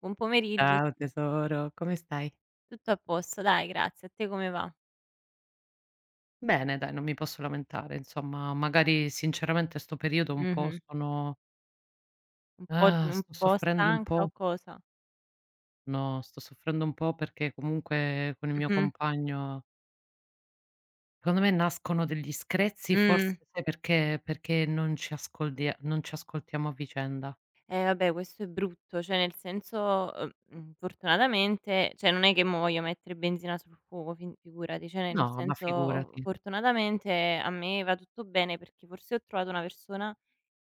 Buon pomeriggio, Ciao tesoro, come stai? tutto a posto, dai grazie. A te come va? Bene dai, non mi posso lamentare insomma, magari sinceramente 'sto periodo un po' Mh-mh. sono. Un po' Ah, un sto po' soffrendo un stanca o po'. cosa? No, sto soffrendo un po' perché comunque con il mio Mh-mh. compagno secondo me nascono degli screzi, Mh. forse sai perché? Perché non ci ascoltiamo a vicenda. Eh vabbè questo è brutto, cioè nel senso, fortunatamente cioè non è che mo voglio mettere benzina sul fuoco, fin figurati, cioè nel No, ma senso figurati. fortunatamente a me va tutto bene perché forse ho trovato una persona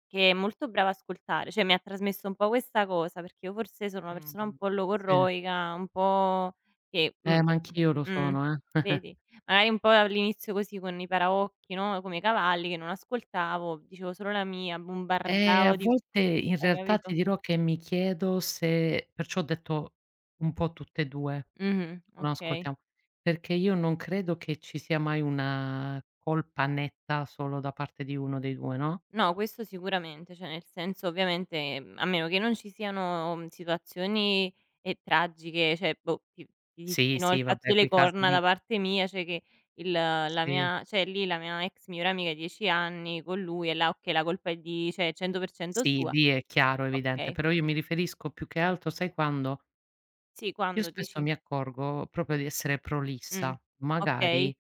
che è molto brava a ascoltare, cioè mi ha trasmesso un po' questa cosa, perché io forse sono una persona un Mh, po' sì. logorroica, un po' che Ma anch'io lo mh, sono, eh. vedi? Magari un po' all'inizio così con i paraocchi, no, come i cavalli che non ascoltavo, dicevo solo la mia, A bombardavo di, volte in hai realtà ti capito? dirò che mi chiedo, se perciò ho detto, un po' tutte e 2, Mh-mh, non okay. ascoltiamo, perché io non credo che ci sia mai una colpa netta solo da parte di uno dei 2, no? No, questo sicuramente, cioè nel senso ovviamente, a meno che non ci siano, situazioni, tragiche, cioè boh, ti dissi, Sì, no, il sì, fatto vabbè, delle quei casi corna lì da parte mia, cioè che il la sì, mia cioè lì la mia ex migliore amica 10 anni con lui e là okay, la colpa è di cioè è 100% sì, sua, lì è chiaro, evidente, okay. però io mi riferisco più che altro, sai quando? Sì, Io quando spesso dici? mi accorgo proprio di essere Mh, prolissa. okay, Magari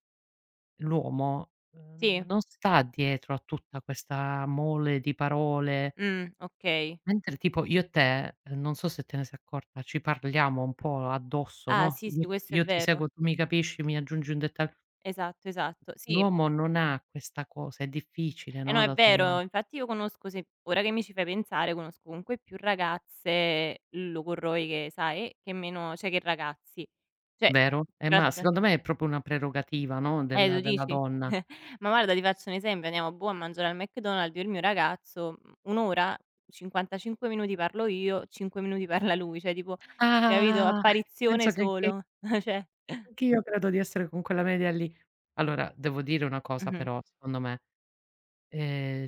l'uomo, sì, non sta dietro a tutta questa mole di parole. Okay. Mentre tipo io e te, non so se te ne sei accorta, ci parliamo un po' addosso, Ah no, sì, sì, io questo è io ti vero. seguo, tu mi capisci, mi aggiungi un detag. Esatto, esatto. Sì. L'uomo non ha questa cosa, è difficile, Eh no, no, è da trova. vero. Infatti io conosco, se ora che mi ci fai pensare, conosco comunque più ragazze logorroiche che sai, che meno cioè che ragazzi. Cioè Vero? ti Ma faccio- secondo me è proprio una prerogativa, no, del lo della dici? donna. Ma guarda ti faccio un esempio, andiamo, boh, a mangiare al McDonald's io e il mio ragazzo, 1 ora, 55 minuti parlo io, 5 minuti parla lui, cioè tipo capito, Ah! apparizione Penso che anche solo. Cioè Anch'io credo di essere con quella media lì. Allora, devo dire una cosa mh-mh. però, secondo me, ehm,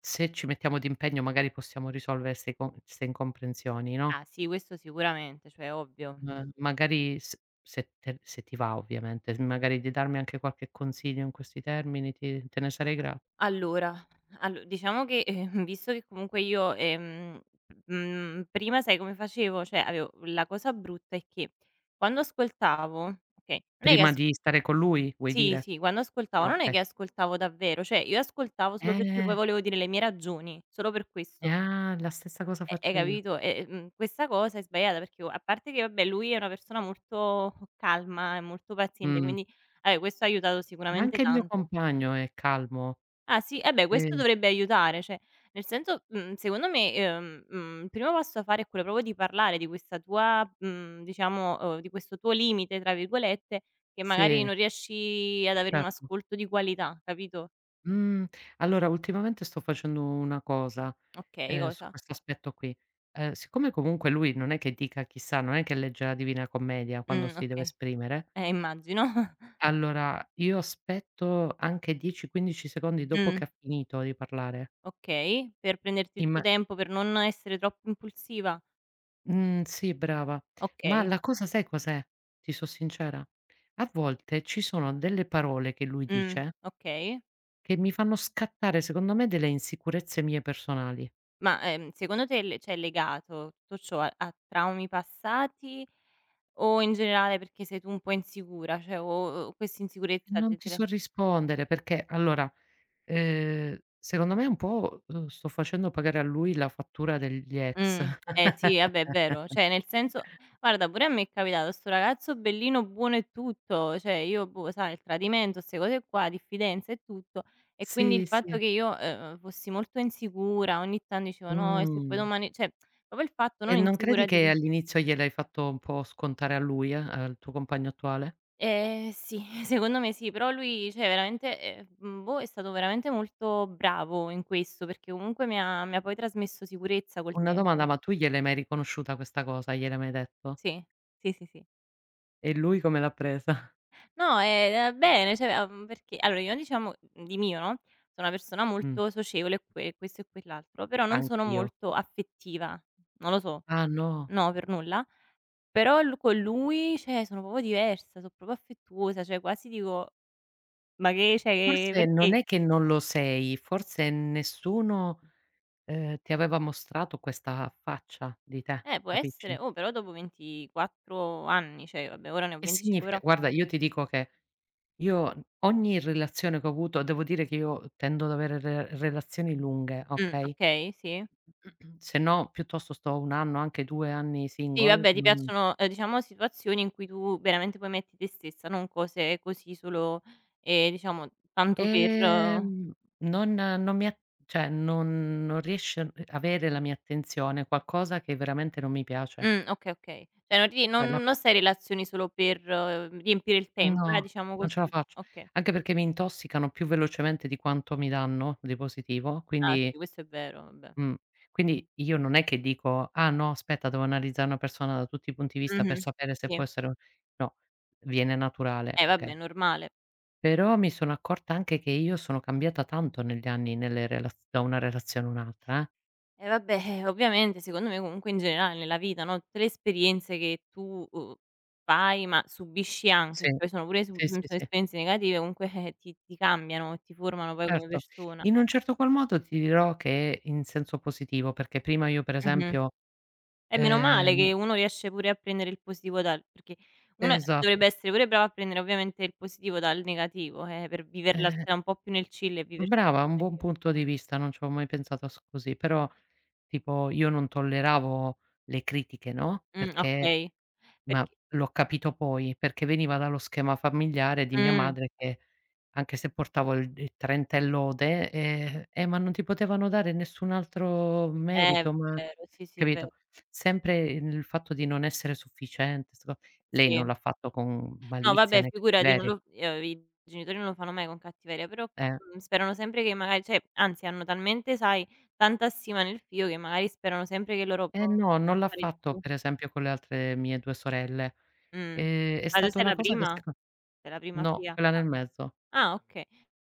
se ci mettiamo d'impegno magari possiamo risolvere 'ste incomprensioni, no? Ah sì, questo sicuramente, cioè ovvio. Ma magari s se ti va ovviamente, s magari di darmi anche qualche consiglio in questi termini, ti te ne sarei gra. Allora, allo diciamo che, visto che comunque io, prima sai come facevo? Cioè avevo, la cosa brutta è che quando ascoltavo, okay, non è che Prima as di stare con lui vuoi sì, dire? sì, quando ascoltavo No, non è okay. che ascoltavo davvero, cioè io ascoltavo solo perché poi Eh, volevo dire le mie ragioni, solo per eh, questo. ah, la stessa cosa Hai faccio io. capito? E, questa cosa è sbagliata perché, o a parte che vabbè, lui è una persona molto calma e molto paziente, Mh. quindi vabbè questo ha aiutato Ma sicuramente anche il mio tanto. compagno è calmo. Ah sì, eh beh questo Eh, dovrebbe aiutare, cioè nel senso, secondo me, il primo passo da fare è quello proprio di parlare di diciamo, di questo tuo "limite" tra virgolette, che magari sì, non riesci ad avere un certo. ascolto di qualità, capito? Mh, allora ultimamente sto facendo una cosa, Okay, su cosa? questo aspetto qui. Siccome comunque lui non è che dica chissà, non è che legge la Divina Commedia quando si deve Okay. esprimere. Immagino. Allora, io aspetto anche 10, 15 secondi dopo Mh, che ha finito di parlare. okay. Per prenderti il tuo Imma tempo, per non essere troppo impulsiva? mhmm, sì, brava. Ma Okay. la cosa sai cos'è? Ti so sincera, a volte ci sono delle parole che lui Mh, dice okay. che mi fanno scattare, secondo me, delle insicurezze mie personali. Ma, secondo te le cioè è legato tutto ciò a traumi passati o in generale perché sei tu un po' insicura? Cioè o questa insicurezza Non te ti la, so rispondere perché allora, secondo me un po', sto facendo pagare a lui la fattura degli ex. Eh sì, vabbè è vero, cioè nel senso guarda pure a me è capitato, 'sto ragazzo bellino, buono e tutto, cioè io boh, sai il tradimento, 'ste cose qua, diffidenza e tutto e quindi il Sì, fatto sì. che io, fossi molto insicura, ogni tanto dicevo: "No e se poi Mh. domani", cioè proprio il fatto non E non insicura credi di, che all'inizio gliel'hai fatto un po' scontare a lui, al tuo compagno attuale? Sì, secondo me sì, però lui cioè veramente, boh, è stato veramente molto bravo in questo, perché comunque mi ha poi trasmesso sicurezza col Una domanda, tempo. ma tu gliel'hai mai riconosciuta questa cosa? Gliel'hai mai detto? Sì, sì, sì, sì. E lui come l'ha presa? No, bene, cioè, perché allora io diciamo di mio, no, sono una persona Mh, molto socievole e questo e quell'altro, però non sono anch'io. molto affettiva, non lo so, Ah no, no, per nulla. Però l con lui, cioè sono proprio diversa, so' proprio affettuosa, cioè quasi dico: "Ma che cioè, che- forse non perché?" è che non lo sei, forse nessuno, ti aveva mostrato questa faccia di te, può capisci? essere. Oh, però dopo 24 anni, cioè vabbè ora ne ho Che 25 però significa guarda, io ti dico che io ogni relazione che ho avuto devo dire che io tendo ad avere re relazioni lunghe, okay? okay, sì. Se no piuttosto sto 1 anno, anche 2 anni Sì, single, vabbè ti non piacciono, diciamo situazioni in cui tu veramente poi metti te stessa, non cose così solo, diciamo tanto per, ehm, non mi a, cioè non riesce a avere la mia attenzione qualcosa che veramente non mi piace. Okay, okay. Cioè non ti non La non stai in relazioni solo per, riempire il tempo, No, diciamo non ce la così. faccio. Okay. Anche perché mi intossicano più velocemente di quanto mi danno di positivo, Ah sì, quindi questo è vero, vabbè. mh, io non è che dico: "Ah no, aspetta, devo analizzare una persona da tutti i punti di vista per Mh-mh. sapere se Sì. può essere" un-". No, viene naturale, Vabbè, è okay. normale. Però mi sono accorta anche che io sono cambiata tanto negli anni, nelle relaz da una relazione a un'altra, eh. E vabbè, ovviamente secondo me comunque in generale nella vita, no, tutte le esperienze che tu, fai, ma subisci anche, Sì. cioè, poi sono pure Sì, sì, sono sì, esperienze negative comunque, ti ti cambiano e ti formano poi come certo. persona, In un eh. certo qual modo ti dirò che è in senso positivo, perché prima io per Mh-mh. esempio E meno male ehm che uno riesce pure a prendere il positivo, dal perché uno dovrebbe esatto, essere pure bravo a prendere ovviamente il positivo dal negativo, per ehm viverlarsela un po' più nel chill e viversi un brava, po' un buon meglio. punto di vista, non ci avevo mai pensato s così, però tipo io non tolleravo le critiche, no, perché Okay. ma Perché l'ho capito poi, perché veniva dallo schema familiare di mia mh, madre che, anche se portavo il trentel lode, ma non ti potevano dare nessun altro è merito, ma" vero, sì, sì, è vero, capito? Sempre il fatto di non essere sufficiente, 'ste co lei non sì. l'ha fatto con No malizia vabbè né figurati, non cattiveria, lo, i genitori non lo fanno mai con cattiveria, però, eh. Sperano sempre che magari, cioè anzi hanno talmente, sai, tanta stima nel figlio che magari sperano sempre che loro Eh no, non possano l'ha fare di fatto più. per esempio con le altre mie 2 sorelle. Mh. È Ma tu stata sei una la cosa che prima? seco Sei la prima no, figlia? quella Ah. nel mezzo. Ah okay.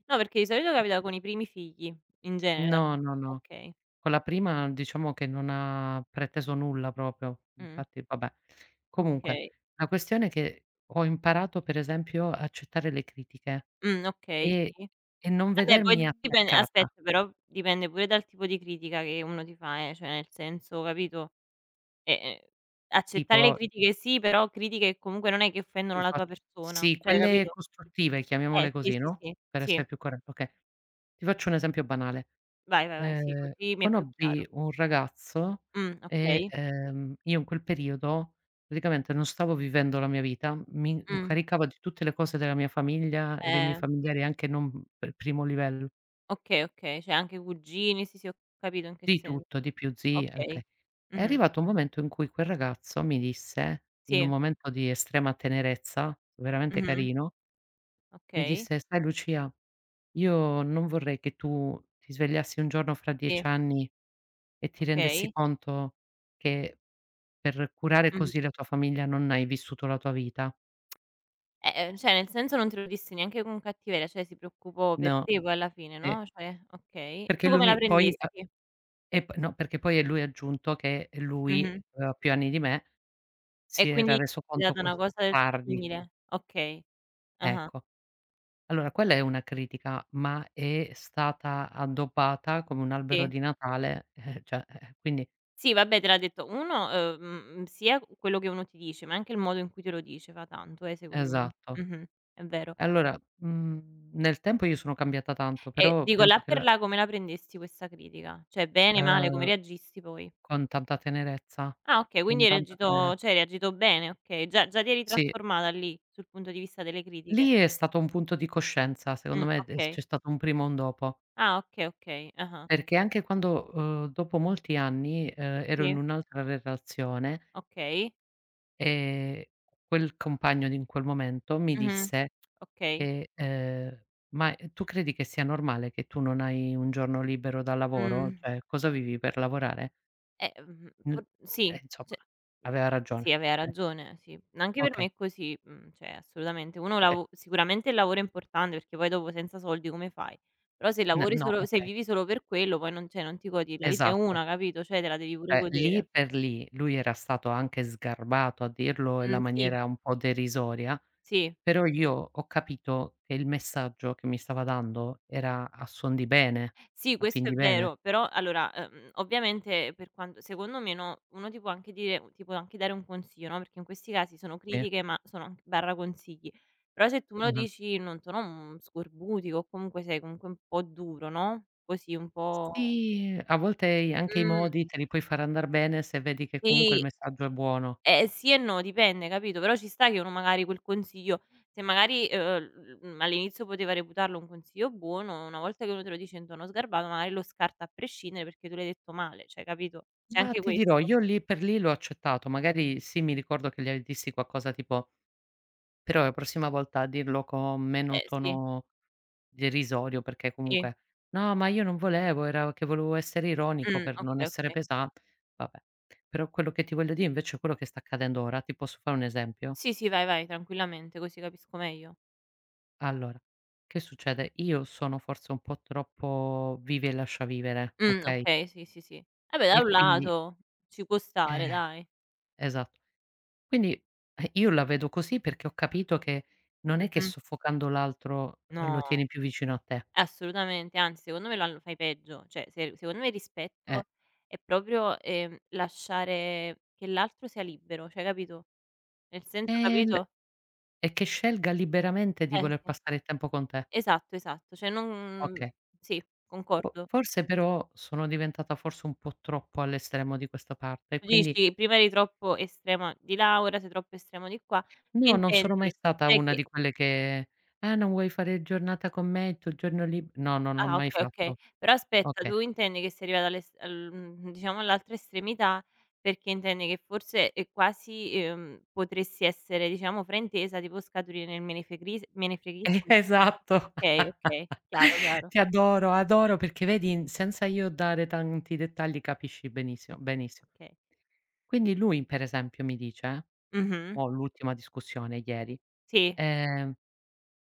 No, perché di solito capita con i primi figli, in genere. No, no, no. Okay. Con la prima diciamo che non ha preteso nulla proprio, Mh. infatti vabbè. Comunque, Okay. la questione è che ho imparato per esempio a accettare le critiche Okay, e sì. e non Vabbè vedermi poi dipende, attaccata, aspetta, però dipende pure dal tipo di critica che uno ti fa, cioè nel senso capito? Ehm, Accettare le tipo critiche sì, però critiche che comunque non è che offendono ti la tua fac persona, sì, cioè quelle capito? costruttive, chiamiamole Sì, così, sì, no, sì, per sì. essere più corretta, okay. Ti faccio un esempio banale. Vai, vai, vai, sì, così mi è più Conobbi chiaro. un ragazzo e, Okay. Io in quel periodo praticamente non stavo vivendo la mia vita, mi Mh, incaricavo di tutte le cose della mia famiglia e dei miei eh, familiari anche non per primo livello, okay, okay, cioè anche cugini, sì, sì, ho capito in che di senso. tutto, di più, zie Okay. okay. È Mh-mh. arrivato un momento in cui quel ragazzo mi disse, in un Sì. momento di estrema tenerezza, veramente Mh-mh. carino. Mi Okay. disse: "Sai Lucia, io non vorrei che tu ti svegliassi un giorno fra 10 Sì, anni e ti rendessi okay. conto che per curare Mh-mh. così la tua famiglia non hai vissuto la tua vita". Cioè nel senso non te lo disse neanche con cattiveria, cioè si preoccupò per No, te poi alla fine, eh, no, cioè okay. perché Tu lui come la mi poi a prendesti? e p no, perché poi lui ha aggiunto che lui, Mh-mh. che aveva più anni di me, E si quindi era reso ti è conto capitata una ques cosa del tardi, simile. Okay. Ah-ah. ecco. Allora quella è una critica, ma è stata addobbata come un albero Sì. di Natale, eh, cioè, quindi Sì, vabbè te l'ha detto uno, uhm, sia quello che uno ti dice, ma anche il modo in cui te lo dice fa tanto, secondo me. esatto. Mh-mh. È vero. E allora, nel tempo io sono cambiata tanto, E però dico, là penso che per l là come la prendesti questa critica? Cioè bene, male, come ehm, reagisti poi? con tanta tenerezza, Ah okay, quindi con hai tanta reagito, tenere cioè hai reagito bene, okay. Già ti eri sì. trasformata lì, sul punto di vista delle critiche. Lì è stato un punto di coscienza, secondo me de Okay. c'è stato un prima e un dopo, Ah okay, okay. Ah-ah. perché anche quando, dopo molti anni, ero in Sì, un'altra relazione okay. e quel compagno di in quel momento mi Mh-mh. disse Okay. che, "Ma, tu credi che sia normale che tu non hai un giorno libero dal lavoro? Mh. Cioè, cosa vivi per lavorare?" Eh, mhmm, N o sì, Eh, insomma, cioè mhmm, aveva sì ragione. aveva Eh, ragione, sì. Anche per me okay, è così, cioè assolutamente. Uno pe lavo Sicuramente il lavoro è importante perché poi dopo senza soldi come fai? Però se n lavori no, solo, se okay, vivi solo per quello, poi non, cioè non ti godi la vita, è esatto. una, capito, cioè te la devi pure Cioè, lì godere. per lì, lui era stato anche sgarbato a dirlo in la Sì, maniera un po' derisoria, sì. però io ho capito che il messaggio che mi stava dando era a suon di bene, Sì, a fin questo è di bene, vero, però allora, ovviamente per quanto secondo me, no, uno ti può anche dire, ti può anche dare un consiglio, no, perché in questi casi sono sì. critiche, ma sono anche barra consigli. Però se tu me lo Mh-mh. dici non so, no, scorbutico o comunque sei comunque un po' duro, no, così un po', Sì, a volte i anche i mh, modi te li puoi far andar bene se vedi che comunque il sì. messaggio è buono. Sì e no, dipende, capito, però ci sta che uno magari quel consiglio, se magari, all'inizio poteva reputarlo un consiglio buono, una volta che uno te lo dice in tono sgarbato magari lo scarta a prescindere perché tu l'hai detto male, cioè capito? C'è Ma anche ti dirò, questo. io lì per lì l'ho accettato, magari sì, mi ricordo che gli dissi qualcosa tipo: "Però la prossima volta dirlo con meno Eh sì, tono derisorio", perché sì. comunque: "No, ma io non volevo, era che volevo essere ironico per non Okay, essere okay. pesa" vabbè. Però quello che ti voglio dire invece è quello che sta accadendo ora. Ti posso fare un esempio? Sì, sì, vai, vai tranquillamente così capisco meglio. Allora, che succede? Io sono forse un po' troppo vivi e lascia vivere, okay, Okay, sì, sì, sì. Vabbè da e un quindi lato ci può stare eh, dai. esatto. Quindi, io la vedo così perché ho capito che non è che Mh-mh. soffocando l'altro, No. lo tieni più vicino a te, Assolutamente, anzi secondo me lo hanno, fai peggio, cioè se, secondo me il eh. rispetto è proprio, lasciare che l'altro sia libero, cioè capito? Nel E senso l capito? E che scelga liberamente di Eh voler sì, passare il tempo con te. esatto, esatto, cioè non, Okay. sì, Fo concordo. Forse però sono diventata forse un po' troppo all'estremo di questa parte e Tu quindi dici prima eri troppo estrema di là, ora sei troppo estremo di qua. Che no, non sono mai intendi? stata Cioè una che di quelle che: "Ah, non vuoi fare giornata con me, il tuo giorno lib", no, non l'ho ah, mai okay, okay. fatto. Però aspetta, Okay. tu intendi che sei arrivata diciamo all'altra estremità, perché intendi che forse, quasi, potresti essere, diciamo, fraintesa, tipo scaturire nel menefregris menefreghismo. esatto. Okay, okay, chiaro, chiaro. Ti adoro, adoro perché vedi n senza io dare tanti dettagli capisci Mh, benissimo benissimo. okay. Quindi lui per esempio mi dice, Mh-mh. mo' l'ultima discussione ieri, Sì. ehm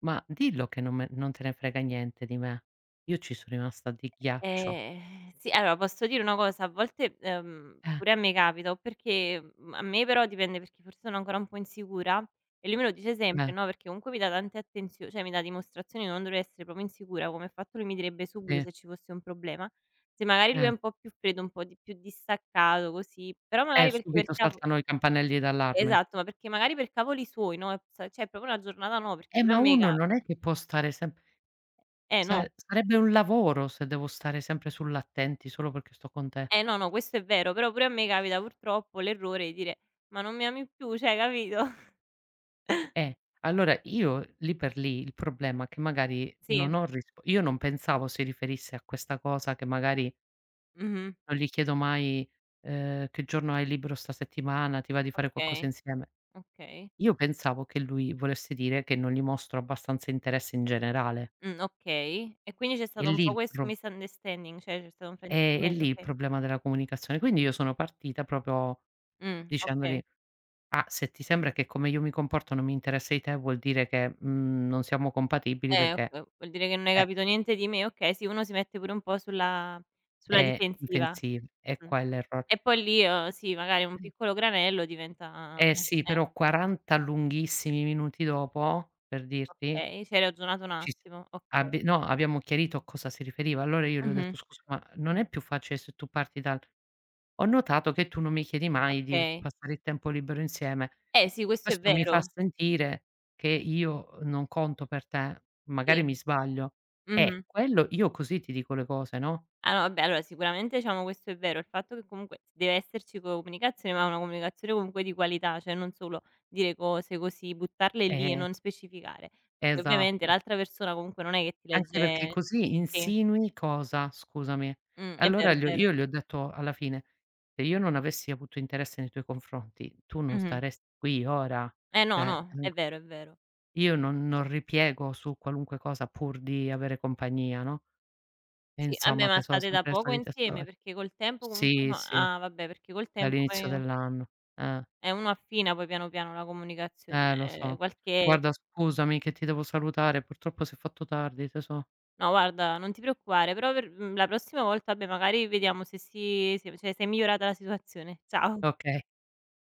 ma dillo che non te ne frega niente di me. Io ci sono rimasta di ghiaccio. Sì, allora posso dire una cosa, a volte, Eh, pure a me capita, a me però dipende perché forse sono ancora un po' insicura e lui me lo dice sempre, eh, no, perché comunque mi dà tante attenzio cioè mi dà dimostrazioni di non dover essere proprio insicura, come ha fatto lui, mi direbbe subito sì, se ci fosse un problema. Se magari lui è eh, un po' più freddo, un po' di più distaccato così, però magari perché per subito cavo saltano i campanelli d'allarme. esatto, ma perché magari per cavoli suoi, no, e s cioè è proprio una giornata, no, perché pure a Ma me uno ca non è che può stare sem. eh Sa no. Sarebbe un lavoro se devo stare sempre sull'attenti solo perché sto con te. Eh no, no, questo è vero, però pure a me capita purtroppo l'errore di dire: "Ma non mi ami più?" Cioè, capito? Allora io lì per lì il problema è che magari Sì, non ho risp io non pensavo si riferisse a questa cosa, che magari mh-mh, non gli chiedo mai, "Che giorno hai libero 'sta settimana? Ti va di fare qualcosa okay, insieme?" okay, Io pensavo che lui volesse dire che non gli mostro abbastanza interesse in generale. Okay. E quindi c'è È stato un lì po' il questo pro misunderstanding, cioè c'è stato un è fraintendimento, lì il okay. problema della comunicazione. Quindi io sono partita proprio Okay. dicendogli: "Ah, se ti sembra che come io mi comporto non mi interessa di te, vuol dire che, non siamo compatibili perché" Vuol dire che non hai eh, capito niente di me, okay, sì, uno si mette pure un po' sulla difensiva. È Mh. quello l'errore. E poi lì, sì, magari un piccolo granello diventa, Eh sì, eh, però 40 lunghissimi minuti dopo, per dirti, okay, ci hai ragionato un Ci s attimo, okay. abbi no, abbiamo chiarito a cosa si riferiva. Allora io le ho Mh-mh, detto: "Scusa, ma non è più facile se tu parti dal ho notato che tu non mi chiedi mai di f okay. passare il tempo libero insieme. Eh sì, questo è Questo mi fa vero. sentire che io non conto per te, magari Sì. mi sbaglio". Mh-mh. Quello io così ti dico le cose, no? Ah no, vabbè, allora sicuramente diciamo questo è vero, il fatto che comunque deve esserci comunicazione, ma una comunicazione comunque di qualità, cioè non solo dire cose così, buttarle lì e Eh, non specificare. Che ovviamente esatto. l'altra persona comunque non è che ti Anche perché legge, così sì, insinui cosa, scusami? È vero, Allora è gli ho vero. io gli ho detto alla fine: "Se io non avessi avuto interesse nei tuoi confronti, tu non Mh-mh. staresti qui ora. Eh no, Cioè, no, è vero, è vero. io non ripiego su qualunque cosa pur di avere compagnia, no?" E Sì, vabbè, insomma ma te sono state da sempre le poco solite insieme? storie. Perché col tempo comunque Sì, uno, sì, ah vabbè, perché col tempo dall'inizio poi, dell'anno. Eh, uno affina poi piano piano la comunicazione, eh, lo so. qualche, Guarda scusami che ti devo salutare, purtroppo si è fatto tardi tesoro. no guarda, non ti preoccupare, però per, la prossima volta, beh, magari vediamo se se è migliorata la situazione. Ciao. Okay.